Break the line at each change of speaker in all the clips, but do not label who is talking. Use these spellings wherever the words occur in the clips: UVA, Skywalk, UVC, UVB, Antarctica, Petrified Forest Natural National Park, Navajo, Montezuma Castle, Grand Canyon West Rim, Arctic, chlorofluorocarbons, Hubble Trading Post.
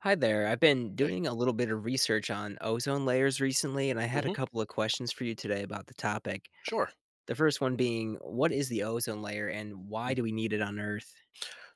Hi there. I've been
Okay.
doing a little bit of research on ozone layers recently, and I had a
Mhm.
couple of questions for you today about the topic.
Sure.
The first one being, what is the ozone layer and why
Mm.
do we need it on Earth?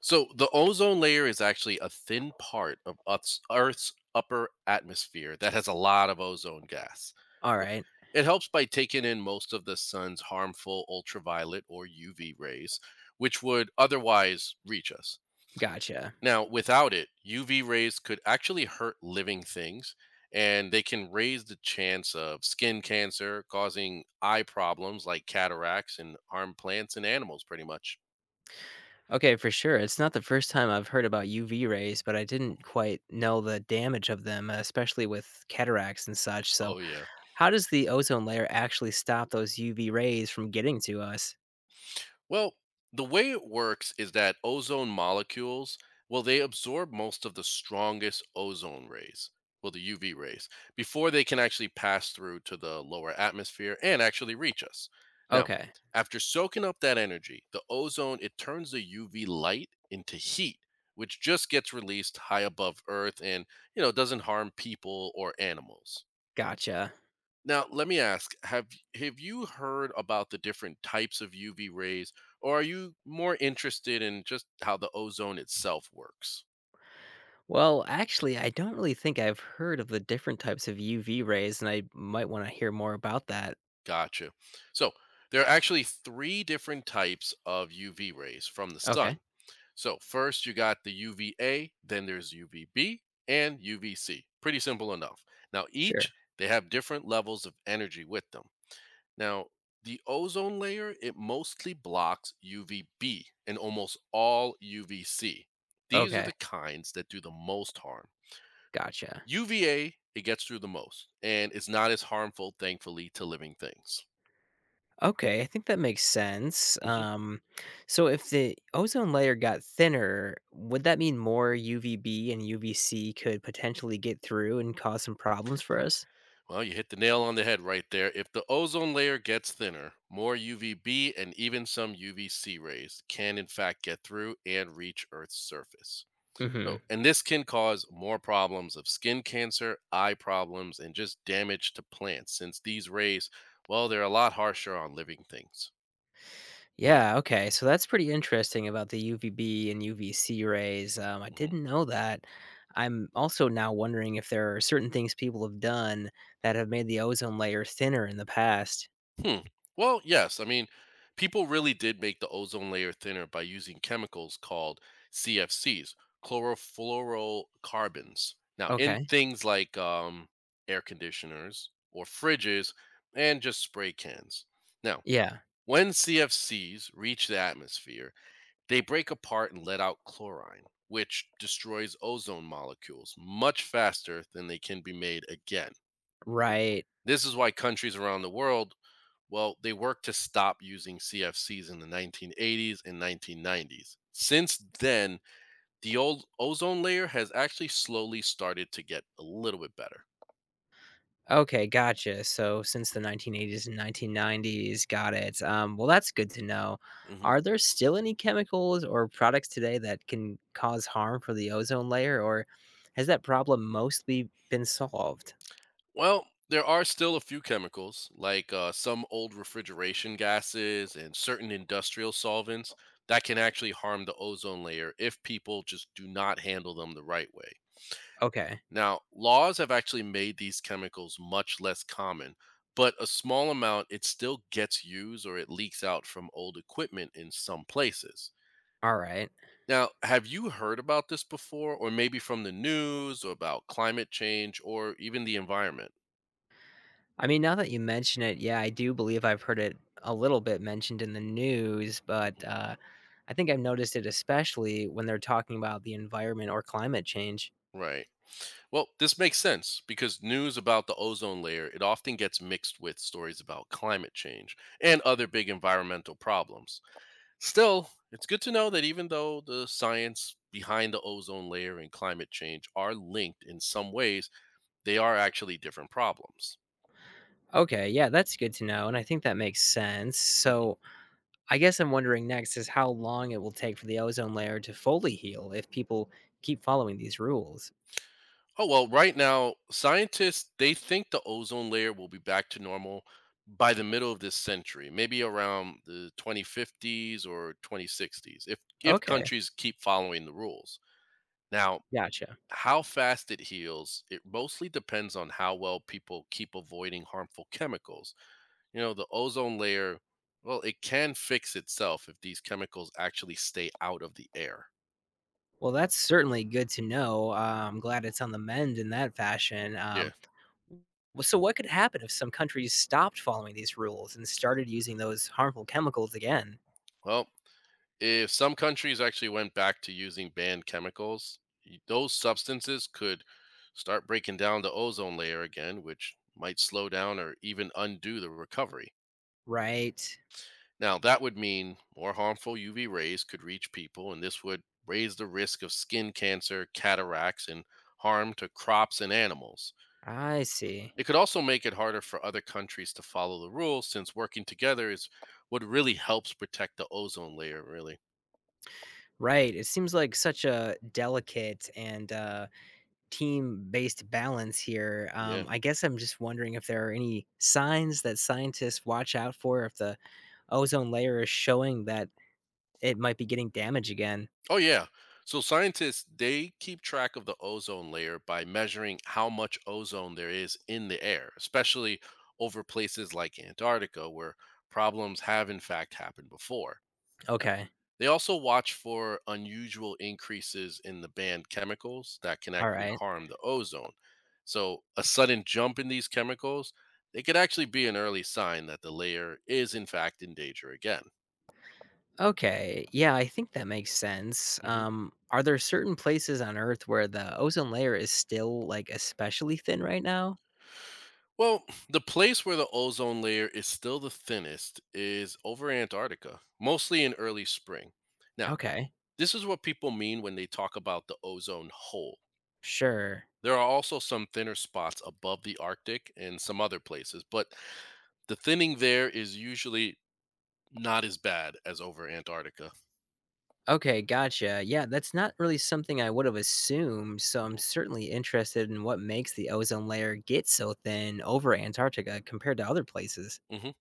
So the ozone layer is actually a thin part of Earth's upper atmosphere that has a lot of ozone gas.
All
So
right,
it helps by taking in most of the sun's harmful ultraviolet or UV rays, which would otherwise reach us.
gotcha.
Now, without it, UV rays could actually hurt living things, and they can raise the chance of skin cancer, causing eye problems like cataracts and harm plants and animals, pretty much.
Okay, for sure. It's not the first time I've heard about UV rays, but I didn't quite know the damage of them, especially with cataracts and such. So,
Oh, yeah.
how does the ozone layer actually stop those UV rays from getting to us?
Well, the way it works is that ozone molecules, well, they absorb most of the strongest ozone rays, well, the UV rays, before they can actually pass through to the lower atmosphere and actually reach us. Now,
Okay,
after soaking up that energy, the ozone, it turns the UV light into heat, which just gets released high above Earth and, doesn't harm people or animals.
gotcha.
Now, let me ask, have you heard about the different types of UV rays, or are you more interested in just how the ozone itself works?
Well, actually, I don't really think I've heard of the different types of UV rays, and I might want to hear more about that.
Gotcha. So, there are actually three different types of UV rays from the
Okay,
sun. So, first you got the UVA, then there's UVB and UVC. Pretty simple enough. Now, each
sure.
they have different levels of energy with them. Now, the ozone layer, it mostly blocks UVB and almost all UVC. These are
Okay,
the kinds that do the most harm.
gotcha.
UVA, it gets through the most, and it's not as harmful, thankfully, to living things.
Okay, I think that makes sense.
Mhm.
So if the ozone layer got thinner, would that mean more UVB and UVC could potentially get through and cause some problems for us?
Well, you hit the nail on the head right there. If the ozone layer gets thinner, more UVB and even some UVC rays can, in fact, get through and reach Earth's surface. So, and this can cause more problems of skin cancer, eye problems, and just damage to plants since these rays, well, they're a lot harsher on living things.
Yeah, okay. So that's pretty interesting about the UVB and UVC rays. I
Mhm.
didn't know that. I'm also now wondering if there are certain things people have done that have made the ozone layer thinner in the past.
Hmm. Well, yes. I mean, people really did make the ozone layer thinner by using chemicals called CFCs, chlorofluorocarbons. Now, in
Okay.
things like air conditioners or fridges and just spray cans. Now,
Yeah.
when CFCs reach the atmosphere, they break apart and let out chlorine, which destroys ozone molecules much faster than they can be made again.
Right.
This is why countries around the world, well, they worked to stop using CFCs in the 1980s and 1990s. Since then, the old ozone layer has actually slowly started to get a little bit better.
Okay, gotcha. So since the 1980s and 1990s, got it. Well, that's good to know.
Mhm.
Are there still any chemicals or products today that can cause harm for the ozone layer, or has that problem mostly been solved?
Well, there are still a few chemicals, like some old refrigeration gases and certain industrial solvents, that can actually harm the ozone layer if people just do not handle them the right way.
Okay.
Now, laws have actually made these chemicals much less common, but a small amount it still gets used or it leaks out from old equipment in some places.
Alright.
Now, have you heard about this before, or maybe from the news, or about climate change, or even the environment?
I mean, now that you mention it, yeah, I do believe I've heard it a little bit mentioned in the news, but,
Mhm.
I think I've noticed it especially when they're talking about the environment or climate change.
Right. Well, this makes sense because news about the ozone layer it often gets mixed with stories about climate change and other big environmental problems. Still, it's good to know that even though the science behind the ozone layer and climate change are linked in some ways, they are actually different problems.
Okay, yeah, that's good to know, and I think that makes sense. So, I guess I'm wondering next is how long it will take for the ozone layer to fully heal if people keep following these rules.
Oh, well, right now, scientists they think the ozone layer will be back to normal by the middle of this century, maybe around the 2050s or 2060s, if
Okay,
countries keep following the rules. Now,
gotcha.
how fast it heals, it mostly depends on how well people keep avoiding harmful chemicals. You know, the ozone layer, well, it can fix itself if these chemicals actually stay out of the air.
Well, that's certainly good to know. I'm glad it's on the mend in that fashion.
Yeah.
Well, so what could happen if some countries stopped following these rules and started using those harmful chemicals again?
Well, if some countries actually went back to using banned chemicals, those substances could start breaking down the ozone layer again, which might slow down or even undo the recovery.
Right.
Now, that would mean more harmful UV rays could reach people, and this would raise the risk of skin cancer, cataracts, and harm to crops and animals.
I see.
It could also make it harder for other countries to follow the rules since working together is what really helps protect the ozone layer, really.
Right. It seems like such a delicate and team based balance here.
Yeah.
I guess I'm just wondering if there are any signs that scientists watch out for if the ozone layer is showing that it might be getting damaged again.
Oh, yeah. So scientists they keep track of the ozone layer by measuring how much ozone there is in the air, especially over places like Antarctica where problems have in fact happened before.
Okay.
They also watch for unusual increases in the banned chemicals that can
All
actually
right.
harm the ozone. So a sudden jump in these chemicals, they could actually be an early sign that the layer is in fact in danger again.
Okay. Yeah, I think that makes sense.
Mm-hmm.
Are there certain places on Earth where the ozone layer is still like especially thin right now?
Well, the place where the ozone layer is still the thinnest is over Antarctica, mostly in early spring. Now,
Okay.
this is what people mean when they talk about the ozone hole.
Sure.
There are also some thinner spots above the Arctic and some other places, but the thinning there is usually not as bad as over Antarctica.
Okay, gotcha. Yeah, that's not really something I would have assumed. So I'm
Mhm.
certainly interested in what makes the ozone layer get so thin over Antarctica compared to other places.
Mhm.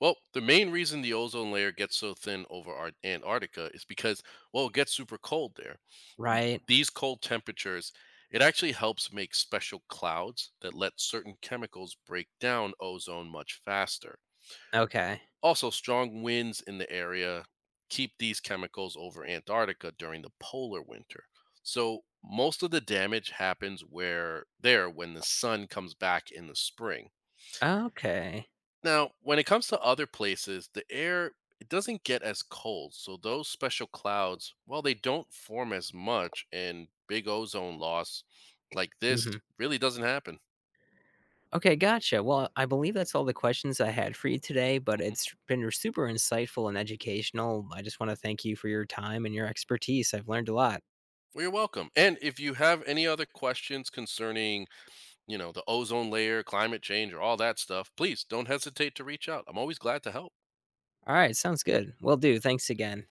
Well, the main reason the ozone layer gets so thin over Antarctica is because, well, it gets super cold there.
Right.
These cold temperatures, it actually helps make special clouds that let certain chemicals break down ozone much faster.
Okay.
Also, strong winds in the area keep these chemicals over Antarctica during the polar winter. So, most of the damage happens where there when the sun comes back in the spring.
Okay.
Now, when it comes to other places, the air it doesn't get as cold, so those special clouds, well, they don't form as much and big ozone loss like this
Mm-hmm.
really doesn't happen.
Okay, gotcha. Well, I believe that's all the questions I had for you today, but it's been super insightful and educational. I just want to thank you for your time and your expertise. I've learned a lot.
Well, you're welcome. And if you have any other questions concerning the ozone layer, climate change, or all that stuff, please don't hesitate to reach out. I'm always glad to help.
All right, sounds good. Will do. Thanks again.